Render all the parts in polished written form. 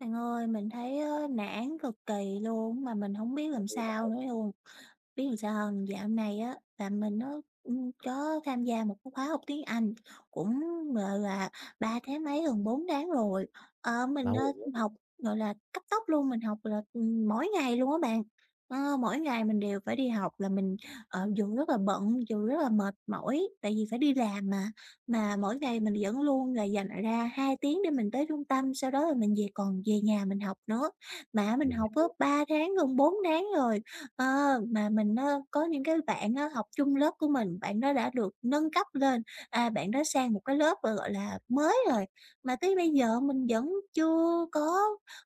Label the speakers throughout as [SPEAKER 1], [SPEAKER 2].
[SPEAKER 1] Bạn ơi, mình thấy á, nản cực kỳ luôn mà mình không biết làm
[SPEAKER 2] Như bạn
[SPEAKER 1] sao nữa luôn. Biết làm sao hông? Dạo này á, là mình nó có tham gia một cái khóa học tiếng Anh cũng, gọi là, 3 tháng mấy, gần 4 tháng rồi. Ờ, mình,
[SPEAKER 2] lâu
[SPEAKER 1] ơ,
[SPEAKER 2] rồi đó,
[SPEAKER 1] học, gọi là, cấp tốc luôn, mình học là, mỗi ngày luôn á bạn. Ờ, mỗi ngày mình đều phải đi học là mình, dù rất là bận, dù rất là mệt mỏi, tại vì phải đi làm mà mỗi ngày mình vẫn luôn là dành ra 2 tiếng để mình tới trung tâm, sau đó là mình về còn về nhà mình học nữa. Mà mình
[SPEAKER 2] mình.
[SPEAKER 1] học á 3 tháng, gần 4 tháng rồi. Ờ, mà mình á, có những cái bạn á, học chung lớp của mình, bạn đó đã được nâng cấp lên, à, bạn đó sang một cái lớp, gọi gọi là, mới rồi, mà tới bây giờ mình vẫn chưa có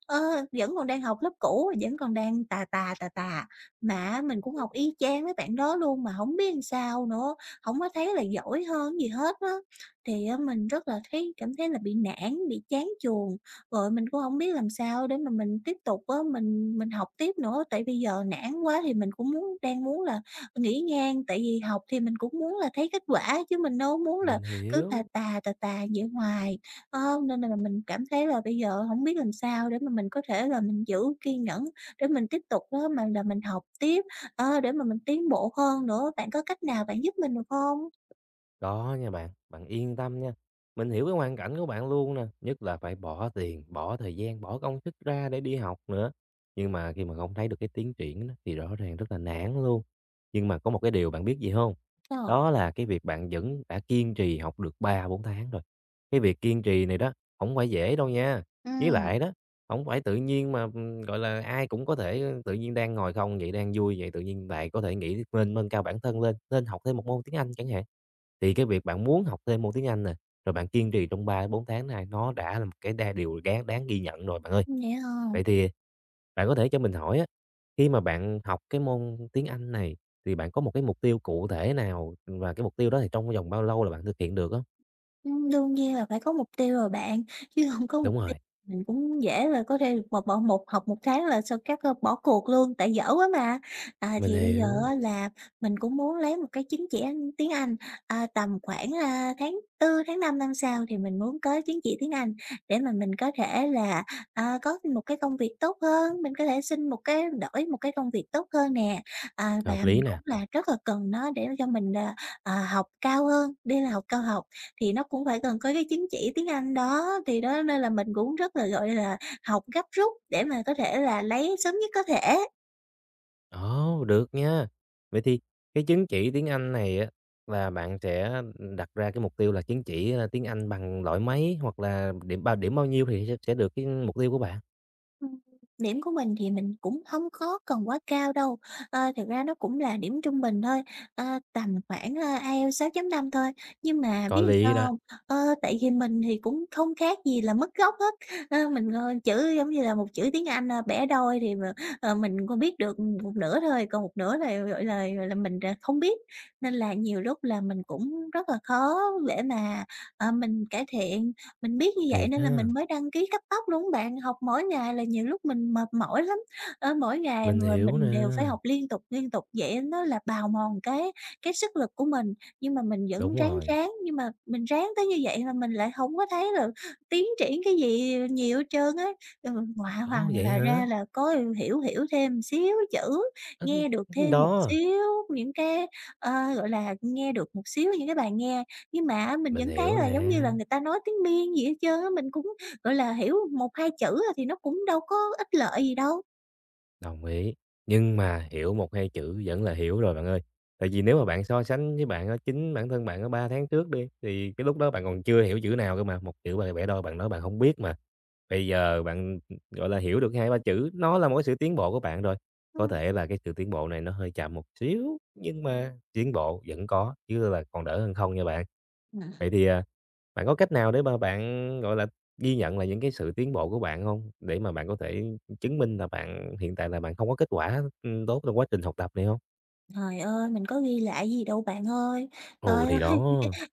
[SPEAKER 1] ờ, vẫn còn đang học lớp cũ, vẫn còn đang tà tà, tà tà. Mà á, mình cũng học y chang mấy bạn đó luôn mà hổng biết làm sao nữa, hổng có thấy là giỏi hơn gì hết á. Thì á, mình rất là thấy cảm thấy là bị nản, bị chán chường. Rồi mình cũng không biết làm sao để mà mình tiếp tục á, mình học tiếp nữa, tại bây giờ nản quá thì mình cũng muốn đang muốn là nghỉ ngang, tại vì học thì mình cũng muốn là thấy kết quả chứ mình đâu muốn là
[SPEAKER 2] Mình
[SPEAKER 1] cứ tà
[SPEAKER 2] hiểu.
[SPEAKER 1] tà, tà tà vậy hoài. Ờ, Nên là mình cảm thấy là bây giờ không biết làm sao để mà mình có thể là mình giữ kiên nhẫn để mình tiếp tục đó mà là mình học tiếp, để mà mình tiến bộ hơn nữa. Bạn có cách nào bạn giúp mình được hông?
[SPEAKER 2] Có nha bạn, bạn yên tâm nha. Mình hiểu cái hoàn cảnh của bạn luôn nè, nhất là phải bỏ tiền, bỏ thời gian, bỏ công sức ra để đi học nữa. Nhưng mà khi mà không thấy được cái tiến triển đó, thì rõ ràng rất là nản luôn. Nhưng mà có một cái điều bạn biết gì không?
[SPEAKER 1] Ờ,
[SPEAKER 2] Đó là cái việc bạn vẫn đã kiên trì học được ba bốn tháng rồi. Cái việc kiên trì này đó không phải dễ đâu nha. Với
[SPEAKER 1] ừm.
[SPEAKER 2] lại đó, không phải tự nhiên mà gọi là ai cũng có thể tự nhiên đang ngồi không vậy, đang vui vậy, tự nhiên lại có thể nghĩ lên nâng cao bản thân lên, lên học thêm một môn tiếng Anh chẳng hạn. Thì cái việc bạn muốn học thêm môn tiếng Anh nè, rồi bạn kiên trì trong 3 bốn tháng này nó đã là một cái đa điều đáng đáng ghi nhận rồi bạn ơi.
[SPEAKER 1] Vậy hả?
[SPEAKER 2] Vậy thì bạn có thể cho mình hỏi á, khi mà bạn học cái môn tiếng Anh này thì bạn có một cái mục tiêu cụ thể nào và cái mục tiêu đó thì trong vòng bao lâu là bạn thực hiện được không?
[SPEAKER 1] Đương nhiên là phải có mục tiêu rồi bạn, chứ hông có mục
[SPEAKER 2] Đúng
[SPEAKER 1] tiêu
[SPEAKER 2] rồi,
[SPEAKER 1] mình cũng dễ là có thể một bỏ một học một tháng là xong các, bỏ cuộc luôn, tại dở quá mà.
[SPEAKER 2] mình
[SPEAKER 1] Thì bây giờ
[SPEAKER 2] hiểu,
[SPEAKER 1] á là mình cũng muốn lấy một cái chứng chỉ Anh tiếng Anh, tầm khoảng, tháng tư tháng 5 năm sau thì mình muốn có chứng chỉ tiếng Anh để mà mình có thể là, có một cái công việc tốt hơn, mình có thể xin một cái đổi một cái công việc tốt hơn nè. Và
[SPEAKER 2] hợp
[SPEAKER 1] mình
[SPEAKER 2] lý nè.
[SPEAKER 1] cũng là rất là cần nó để cho mình, học cao hơn, đi là học cao học thì nó cũng phải cần có cái chứng chỉ tiếng Anh đó, thì đó nên là mình cũng rất là, gọi là, học gấp rút để mà có thể là lấy sớm nhất có thể.
[SPEAKER 2] Ồ, được nha. Vậy thì cái chứng chỉ tiếng Anh này á, là bạn sẽ đặt ra cái mục tiêu là chứng chỉ, tiếng Anh bằng loại mấy hoặc là điểm bao nhiêu thì sẽ được cái mục tiêu của bạn?
[SPEAKER 1] Ừm, điểm của mình thì mình cũng không có cần quá cao đâu, thực ra nó cũng là điểm trung bình thôi, ờ, tầm khoảng, IELTS 6.5 thôi. Nhưng mà
[SPEAKER 2] Có
[SPEAKER 1] biết làm
[SPEAKER 2] lý
[SPEAKER 1] sao
[SPEAKER 2] đó,
[SPEAKER 1] không? Ờ, Tại vì mình thì cũng không khác gì là mất gốc hết, mình chữ giống như là một chữ tiếng Anh, bẻ đôi thì mà, mình còn biết được một nửa thôi, còn một nửa là, gọi là, mình, không biết. Nên là nhiều lúc là mình cũng rất là khó để mà, mình cải thiện. Mình biết như vậy
[SPEAKER 2] thiệt
[SPEAKER 1] nên là
[SPEAKER 2] ha,
[SPEAKER 1] mình mới đăng ký cấp tốc luôn á bạn, học mỗi ngày là nhiều lúc mình mệt mỏi lắm, mỗi ngày
[SPEAKER 2] mình
[SPEAKER 1] mà
[SPEAKER 2] hiểu nè,
[SPEAKER 1] mình đều phải học liên tục vậy nó là bào mòn cái sức lực của mình. Nhưng mà mình vẫn
[SPEAKER 2] đúng
[SPEAKER 1] ráng
[SPEAKER 2] rồi.
[SPEAKER 1] ráng, nhưng mà mình ráng tới như vậy mà mình lại không có thấy là tiến triển cái gì nhiều hết trơn á. Ừ, ngoạ
[SPEAKER 2] Ồ,
[SPEAKER 1] hoàng
[SPEAKER 2] vậy
[SPEAKER 1] là
[SPEAKER 2] hả?
[SPEAKER 1] ra là có hiểu hiểu thêm xíu chữ,
[SPEAKER 2] Ơ,
[SPEAKER 1] nghe được thêm một
[SPEAKER 2] đó,
[SPEAKER 1] xíu những cái, gọi là, nghe được một xíu những cái bài nghe nhưng mà mình
[SPEAKER 2] mình
[SPEAKER 1] vẫn thấy
[SPEAKER 2] hiểu
[SPEAKER 1] là giống
[SPEAKER 2] nè.
[SPEAKER 1] như là người ta nói tiếng Miên gì hết trơn á, mình cũng, gọi là, hiểu một 2 chữ à thì nó cũng đâu có ích lợi gì đâu.
[SPEAKER 2] Đồng ý, nhưng mà hiểu một hai chữ vẫn là hiểu rồi bạn ơi. Tại vì nếu mà bạn so sánh với bạn ở chính bản thân bạn ở 3 tháng trước đi, thì cái lúc đó bạn còn chưa hiểu chữ nào cơ mà, một chữ bạn bẻ đôi bạn nói bạn không biết mà. Bây giờ bạn, gọi là, hiểu được hai ba chữ, nó là một cái sự tiến bộ của bạn rồi. Có
[SPEAKER 1] Ừm.
[SPEAKER 2] thể là cái sự tiến bộ này nó hơi chậm một xíu, nhưng mà tiến bộ vẫn có, chứ là còn đỡ hơn không nha bạn.
[SPEAKER 1] Ừm.
[SPEAKER 2] Vậy thì, bạn có cách nào để mà bạn, gọi là, ghi nhận là những cái sự tiến bộ của bạn không? Để mà bạn có thể chứng minh là bạn hiện tại là bạn không có kết quả, tốt trong quá trình học tập này không?
[SPEAKER 1] Trời ơi, mình có ghi lại gì đâu bạn ơi.
[SPEAKER 2] Ừ,
[SPEAKER 1] Trời
[SPEAKER 2] thì đó,
[SPEAKER 1] ơi!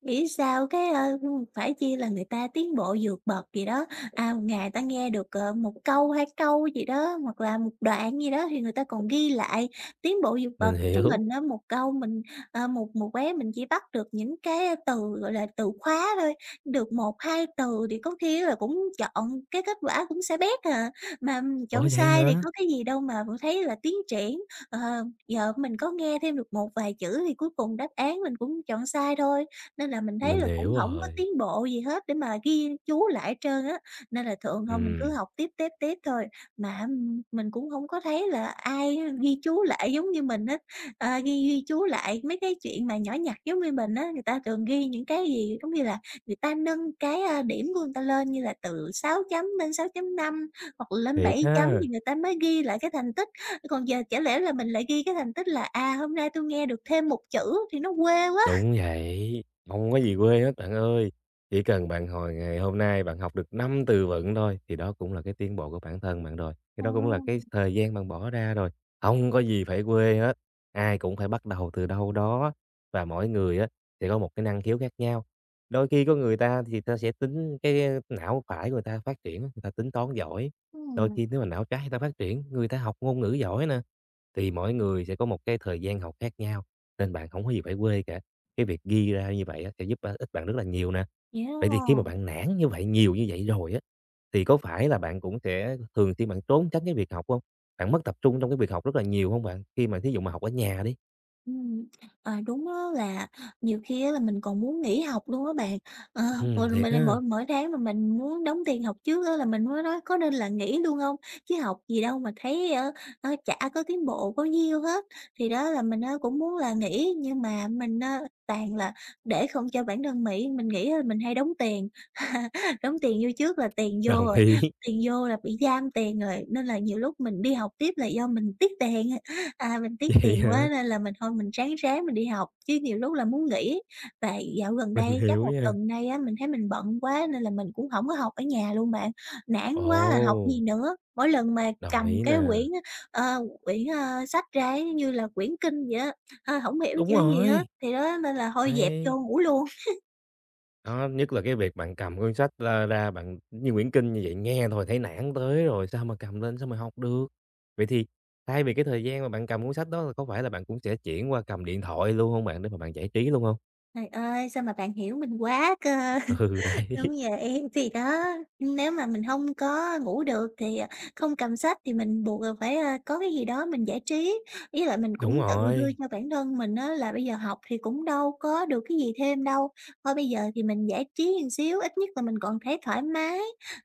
[SPEAKER 1] Nghĩ sao cái, phải chi là người ta tiến bộ vượt bậc gì đó, một ngày ta nghe được, một câu, 2 câu gì đó, hoặc là một đoạn gì đó thì người ta còn ghi lại, tiến bộ vượt
[SPEAKER 2] mình
[SPEAKER 1] bậc. Chứ
[SPEAKER 2] hiểu.
[SPEAKER 1] mình á, một câu mình ờ, một một bé mình chỉ bắt được những cái từ, gọi là, từ khóa thôi, được một 2 từ thì có khi là cũng chọn cái kết quả cũng sẽ bét à. Mà,
[SPEAKER 2] Ủa,
[SPEAKER 1] chọn
[SPEAKER 2] vậy
[SPEAKER 1] sai thì
[SPEAKER 2] hả?
[SPEAKER 1] có cái gì đâu mà vẫn thấy là tiến triển. Ờ, Giờ mình có nghe thêm được một vài chữ thì cuối cùng đáp án mình cũng chọn sai thôi. Nên là mình thấy
[SPEAKER 2] Mình
[SPEAKER 1] là cũng
[SPEAKER 2] hiểu
[SPEAKER 1] hổng có
[SPEAKER 2] rồi.
[SPEAKER 1] tiến bộ gì hết để mà ghi chú lại hết trơn á, nên là thường thôi mình cứ
[SPEAKER 2] Ừm,
[SPEAKER 1] học tiếp, tiếp, tiếp thôi. Mà á, mình cũng hông có thấy là ai ghi chú lại giống như mình á, ờ, ghi ghi chú lại mấy cái chuyện mà nhỏ nhặt giống như mình á. Người ta thường ghi những cái gì giống như là người ta nâng cái, điểm của người ta lên như là từ 6 chấm lên sáu chấm năm hoặc là lên
[SPEAKER 2] thiệt
[SPEAKER 1] 7 chấm
[SPEAKER 2] ha.
[SPEAKER 1] thì người ta mới ghi lại cái thành tích. Còn giờ chả lẽ là mình lại ghi cái thành tích là, hôm nay tui nghe được thêm một chữ thì nó quê quá.
[SPEAKER 2] Đúng vậy, không có gì quê hết bạn ơi. Chỉ cần bạn hồi ngày hôm nay bạn học được 5 từ vựng thôi thì đó cũng là cái tiến bộ của bản thân bạn rồi, thì
[SPEAKER 1] Ờ.
[SPEAKER 2] đó cũng là cái thời gian bạn bỏ ra rồi, không có gì phải quê hết. Ai cũng phải bắt đầu từ đâu đó và mỗi người á sẽ có một cái năng khiếu khác nhau. Đôi khi có người ta thì ta sẽ tính cái não phải của người ta phát triển, người ta tính toán giỏi, đôi
[SPEAKER 1] Ừm,
[SPEAKER 2] khi nếu mà não trái người ta phát triển, người ta học ngôn ngữ giỏi nè, thì mỗi người sẽ có một cái thời gian học khác nhau, nên bạn không có gì phải quê cả. Cái việc ghi ra như vậy á sẽ giúp, ích bạn rất là nhiều nè.
[SPEAKER 1] vậy
[SPEAKER 2] Vậy thì khi mà
[SPEAKER 1] đó.
[SPEAKER 2] bạn nản như vậy, nhiều như vậy rồi á, thì có phải là bạn cũng sẽ thường xuyên bạn trốn tránh cái việc học không? Bạn mất tập trung trong cái việc học rất là nhiều không bạn? Khi mà thí dụ mà học ở nhà đi.
[SPEAKER 1] Ừm, đúng á là nhiều khi á là mình còn muốn nghỉ học luôn á bạn. Ờ, Rồi
[SPEAKER 2] Thiệt
[SPEAKER 1] mình
[SPEAKER 2] ha.
[SPEAKER 1] mỗi mỗi tháng mà mình muốn đóng tiền học trước á là mình mới nói có nên là nghỉ luôn không? Chứ học gì đâu mà thấy, ơ, ơ, chả có tiến bộ bao nhiêu hết. Thì đó là mình, cũng muốn là nghỉ nhưng mà mình, toàn là để không cho bản thân mỹ mình nghĩ á mình hay đóng tiền, đóng tiền vô trước là tiền vô
[SPEAKER 2] Đồng
[SPEAKER 1] rồi,
[SPEAKER 2] ý.
[SPEAKER 1] tiền vô là bị giam tiền rồi, nên là nhiều lúc mình đi học tiếp là do mình tiếc tiền. Mình tiếc
[SPEAKER 2] Vậy
[SPEAKER 1] tiền
[SPEAKER 2] hả?
[SPEAKER 1] quá nên là mình thôi mình ráng ráng mình đi học, chứ nhiều lúc là muốn nghỉ. Và dạo gần
[SPEAKER 2] Mình
[SPEAKER 1] đây, chắc
[SPEAKER 2] hiểu
[SPEAKER 1] một
[SPEAKER 2] nha.
[SPEAKER 1] tuần nay á, mình thấy mình bận quá nên là mình cũng hổng có học ở nhà luôn bạn, nản quá là học
[SPEAKER 2] Ồ,
[SPEAKER 1] gì nữa. Mỗi lần mà
[SPEAKER 2] đồng
[SPEAKER 1] cầm
[SPEAKER 2] ý
[SPEAKER 1] cái
[SPEAKER 2] nè.
[SPEAKER 1] quyển, ờ, quyển, ơ, sách ra ấy, như là quyển kinh vậy á, hổng hiểu
[SPEAKER 2] Đúng
[SPEAKER 1] chữ gì
[SPEAKER 2] rồi,
[SPEAKER 1] hết, thì đó nên là thôi dẹp vô
[SPEAKER 2] hay
[SPEAKER 1] ngủ luôn.
[SPEAKER 2] đó, nhất là cái việc bạn cầm cuốn sách ra ra bạn như quyển kinh như vậy, nghe thôi thấy nản tới rồi, sao mà cầm lên, sao mà học được. Vậy thì thay vì cái thời gian mà bạn cầm cuốn sách đó là có phải là bạn cũng sẽ chuyển qua cầm điện thoại luôn không bạn để mà bạn giải trí luôn không?
[SPEAKER 1] Trời ơi, sao mà bạn hiểu mình quá cơ.
[SPEAKER 2] Ừ, đấy,
[SPEAKER 1] Đúng vậy, thì đó, nếu mà mình hông có ngủ được thì, không cầm sách thì mình buộc là phải, có cái gì đó mình giải trí. Với lại mình cũng
[SPEAKER 2] đúng
[SPEAKER 1] tự đưa
[SPEAKER 2] rồi,
[SPEAKER 1] cho bản thân mình á là bây giờ học thì cũng đâu có được cái gì thêm đâu, thôi bây giờ thì mình giải trí một xíu, ít nhất là mình còn thấy thoải mái.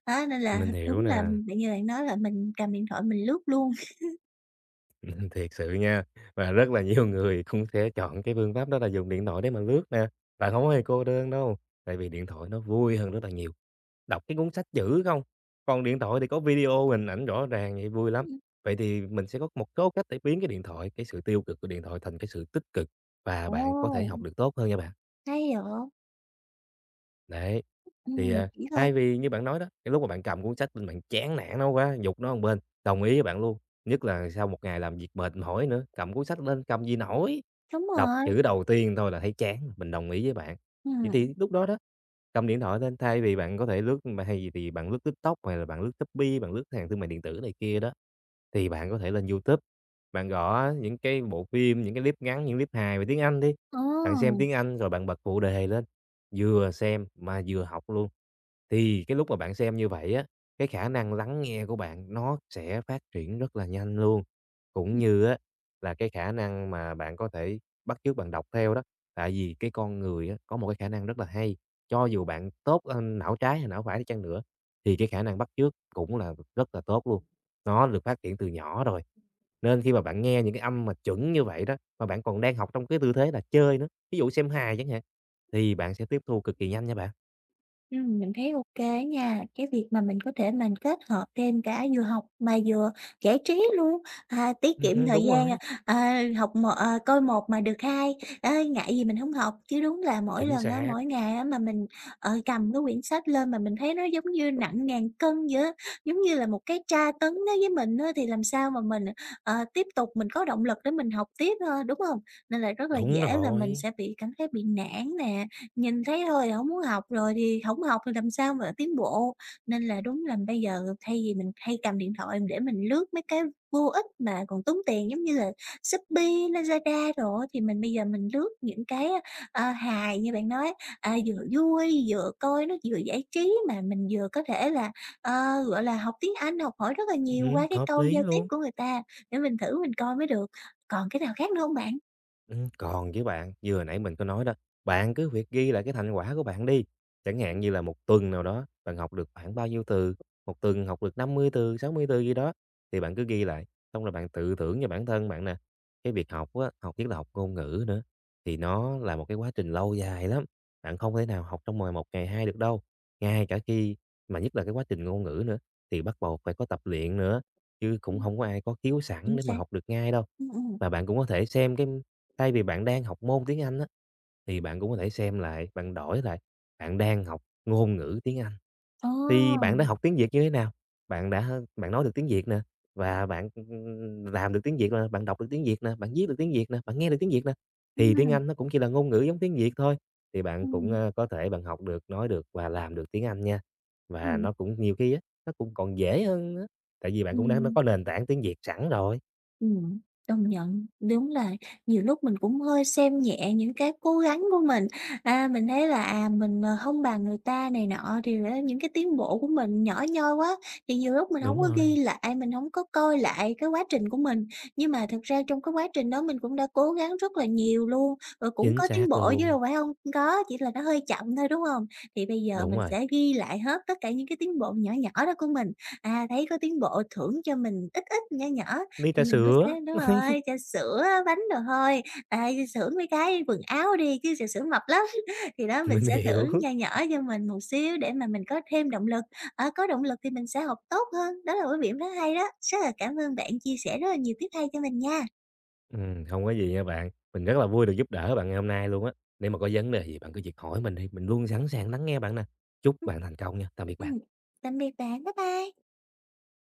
[SPEAKER 1] Đó, nên là
[SPEAKER 2] mình hiểu
[SPEAKER 1] đúng là
[SPEAKER 2] nè,
[SPEAKER 1] bạn như bạn nói là mình cầm điện thoại mình lướt luôn.
[SPEAKER 2] thiệt sự nha, và rất là nhiều người cũng sẽ chọn cái phương pháp đó là dùng điện thoại để mà lướt nè. Bạn không có hề cô đơn đâu, tại vì điện thoại nó vui hơn rất là nhiều. Đọc cái cuốn sách chữ không, còn điện thoại thì có video, hình ảnh rõ ràng vậy vui lắm.
[SPEAKER 1] Ừm.
[SPEAKER 2] Vậy thì mình sẽ có một số cách để biến cái điện thoại cái sự tiêu cực của điện thoại thành cái sự tích cực và bạn có thể
[SPEAKER 1] Ồ,
[SPEAKER 2] học được tốt hơn nha bạn.
[SPEAKER 1] hay vậy!
[SPEAKER 2] Đấy, thì,
[SPEAKER 1] Bạn chỉ thôi.
[SPEAKER 2] thay vì như bạn nói đó, cái lúc mà bạn cầm cuốn sách lên bạn chán nản nó quá, giục nó một bên, đồng ý với bạn luôn, nhất là sau một ngày làm việc mệt mỏi nữa, cầm cuốn sách lên cầm gì nổi,
[SPEAKER 1] Đúng
[SPEAKER 2] đọc
[SPEAKER 1] rồi,
[SPEAKER 2] chữ đầu tiên thôi là thấy chán mình đồng ý với bạn. Vậy
[SPEAKER 1] ừm,
[SPEAKER 2] thì lúc đó đó, cầm điện thoại lên, thay vì bạn có thể lướt mà hay gì thì bạn lướt TikTok, hay là bạn lướt Shopee, bạn lướt sàn thương mại điện tử này kia đó, thì bạn có thể lên YouTube, bạn gõ những cái bộ phim, những cái clip ngắn, những clip hài về tiếng Anh đi,
[SPEAKER 1] ờ.
[SPEAKER 2] bạn xem tiếng Anh rồi bạn bật phụ đề lên, vừa xem mà vừa học luôn. Thì cái lúc mà bạn xem như vậy á, cái khả năng lắng nghe của bạn nó sẽ phát triển rất là nhanh luôn, cũng như á là cái khả năng mà bạn có thể bắt chước bạn đọc theo đó. Tại vì cái con người á có một cái khả năng rất là hay, cho dù bạn tốt, não trái hay não phải đi chăng nữa thì cái khả năng bắt chước cũng là rất là tốt luôn. Nó được phát triển từ nhỏ rồi, nên khi mà bạn nghe những cái âm mà chuẩn như vậy đó, mà bạn còn đang học trong cái tư thế là chơi nữa, ví dụ xem hài chẳng hạn, thì bạn sẽ tiếp thu cực kỳ nhanh nha bạn.
[SPEAKER 1] Mình thấy ok nha, cái việc mà mình có thể mình kết hợp thêm cả vừa học mà vừa giải trí luôn, tiết kiệm thời
[SPEAKER 2] Đúng
[SPEAKER 1] gian,
[SPEAKER 2] rồi,
[SPEAKER 1] học một coi một mà được hai, á, ngại gì mình không học. Chứ đúng là mỗi
[SPEAKER 2] chính
[SPEAKER 1] lần á,
[SPEAKER 2] xác,
[SPEAKER 1] mỗi ngày á mà mình, cầm cái quyển sách lên mà mình thấy nó giống như nặng ngàn cân vậy á, giống như là một cái tra tấn đối với mình á, thì làm sao mà mình, tiếp tục mình có động lực để mình học tiếp, đúng không? Nên là rất là
[SPEAKER 2] đúng
[SPEAKER 1] dễ là mình
[SPEAKER 2] rồi,
[SPEAKER 1] sẽ bị cảm thấy bị nản nè. Nhìn thấy thôi là hổng muốn học rồi thì không học thì làm sao mà tiến bộ. Nên là đúng là bây giờ thay vì mình hay cầm điện thoại để mình lướt mấy cái vô ích mà còn tốn tiền giống như là Shopee, Lazada rồi thì mình bây giờ mình lướt những cái, hài như bạn nói, vừa vui, vừa coi nó vừa giải trí mà mình vừa có thể là, ờ, gọi là, học tiếng Anh, học hỏi rất là nhiều qua cái
[SPEAKER 2] hợp
[SPEAKER 1] câu
[SPEAKER 2] lý
[SPEAKER 1] giao tiếp
[SPEAKER 2] luôn.
[SPEAKER 1] của người ta để mình thử mình coi mới được. Còn cái nào khác nữa không bạn?
[SPEAKER 2] Còn với bạn, như hồi nãy mình có nói đó, bạn cứ việc ghi lại cái thành quả của bạn đi. Chẳng hạn như là một tuần nào đó, bạn học được khoảng bao nhiêu từ, một tuần học được 50 từ, 60 từ gì đó, thì bạn cứ ghi lại, xong rồi bạn tự thưởng cho bản thân bạn nè. Cái việc học á, học nhất là học ngôn ngữ nữa, thì nó là một cái quá trình lâu dài lắm, bạn không thể nào học trong ngày 1, ngày 2 được đâu. Ngay cả khi mà nhất là cái quá trình ngôn ngữ nữa, thì bắt buộc phải có tập luyện nữa, chứ cũng
[SPEAKER 1] Ừm.
[SPEAKER 2] không có ai có khiếu sẵn
[SPEAKER 1] Chính
[SPEAKER 2] để mà
[SPEAKER 1] xác.
[SPEAKER 2] học được ngay đâu.
[SPEAKER 1] Ừm, ừm.
[SPEAKER 2] Và bạn cũng có thể xem cái. Thay vì bạn đang học môn tiếng Anh á, thì bạn cũng có thể xem lại, bạn đổi lại, bạn đang học ngôn ngữ tiếng Anh,
[SPEAKER 1] Ồ!
[SPEAKER 2] thì bạn đã
[SPEAKER 1] Ừm.
[SPEAKER 2] học tiếng Việt như thế nào? Bạn đã bạn nói được tiếng Việt nè, và bạn, làm được tiếng Việt nè, bạn đọc được tiếng Việt nè, bạn viết được tiếng Việt nè, bạn nghe được tiếng Việt nè, thì tiếng Anh nó cũng chỉ là ngôn ngữ giống tiếng Việt thôi, thì bạn cũng,
[SPEAKER 1] Ừm,
[SPEAKER 2] có thể bạn học được, nói được và làm được tiếng Anh nha. Và
[SPEAKER 1] ừm,
[SPEAKER 2] nó cũng nhiều khi á, nó cũng còn dễ hơn nữa, tại vì bạn cũng đã nó
[SPEAKER 1] ừm.
[SPEAKER 2] có nền tảng tiếng Việt sẵn rồi.
[SPEAKER 1] Ừm, công nhận. Đúng là nhiều lúc mình cũng hơi xem nhẹ những cái cố gắng của mình, mình thấy là, hông bằng người ta này nọ, thì ra những cái tiến bộ của mình nhỏ nhoi quá, thì nhiều lúc mình không
[SPEAKER 2] Đúng
[SPEAKER 1] có ghi
[SPEAKER 2] rồi,
[SPEAKER 1] lại, mình không có coi lại cái quá trình của mình. Nhưng mà thực ra trong cái quá trình đó mình cũng đã cố gắng rất là nhiều luôn, rồi cũng
[SPEAKER 2] chính
[SPEAKER 1] có tiến
[SPEAKER 2] xác
[SPEAKER 1] bộ chứ
[SPEAKER 2] luôn,
[SPEAKER 1] đâu phải không có, chỉ là nó hơi chậm thôi, đúng không? Thì bây giờ
[SPEAKER 2] đúng
[SPEAKER 1] mình
[SPEAKER 2] rồi.
[SPEAKER 1] sẽ ghi lại hết tất cả những cái tiến bộ nhỏ nhỏ đó của mình, thấy có tiến bộ thưởng cho mình ít ít, nhỏ nhỏ,
[SPEAKER 2] Đi trà
[SPEAKER 1] thì mình cứ
[SPEAKER 2] sữa,
[SPEAKER 1] thế đúng rồi, trà sữa, bánh đồ thôi. Ê, xưởng mấy cái quần áo đi chứ trà sữa mập lắm. Thì đó, mình
[SPEAKER 2] mình
[SPEAKER 1] sẽ
[SPEAKER 2] hiểu.
[SPEAKER 1] thưởng nho nhỏ cho mình một xíu để mà mình có thêm động lực, có động lực thì mình sẽ học tốt hơn. Đó là một cái điểm rất hay đó. Rất là cảm ơn bạn chia sẻ rất là nhiều tip hay cho mình nha.
[SPEAKER 2] Hông có gì nha bạn, mình rất là vui được giúp đỡ bạn ngày hôm nay luôn á. Nếu mà có vấn đề gì bạn cứ việc hỏi mình đi, mình luôn sẵn sàng lắng nghe bạn nè. Chúc
[SPEAKER 1] Ừm.
[SPEAKER 2] bạn thành công nha, tạm biệt
[SPEAKER 1] Ừm,
[SPEAKER 2] bạn.
[SPEAKER 1] tạm biệt bạn. Bye bye.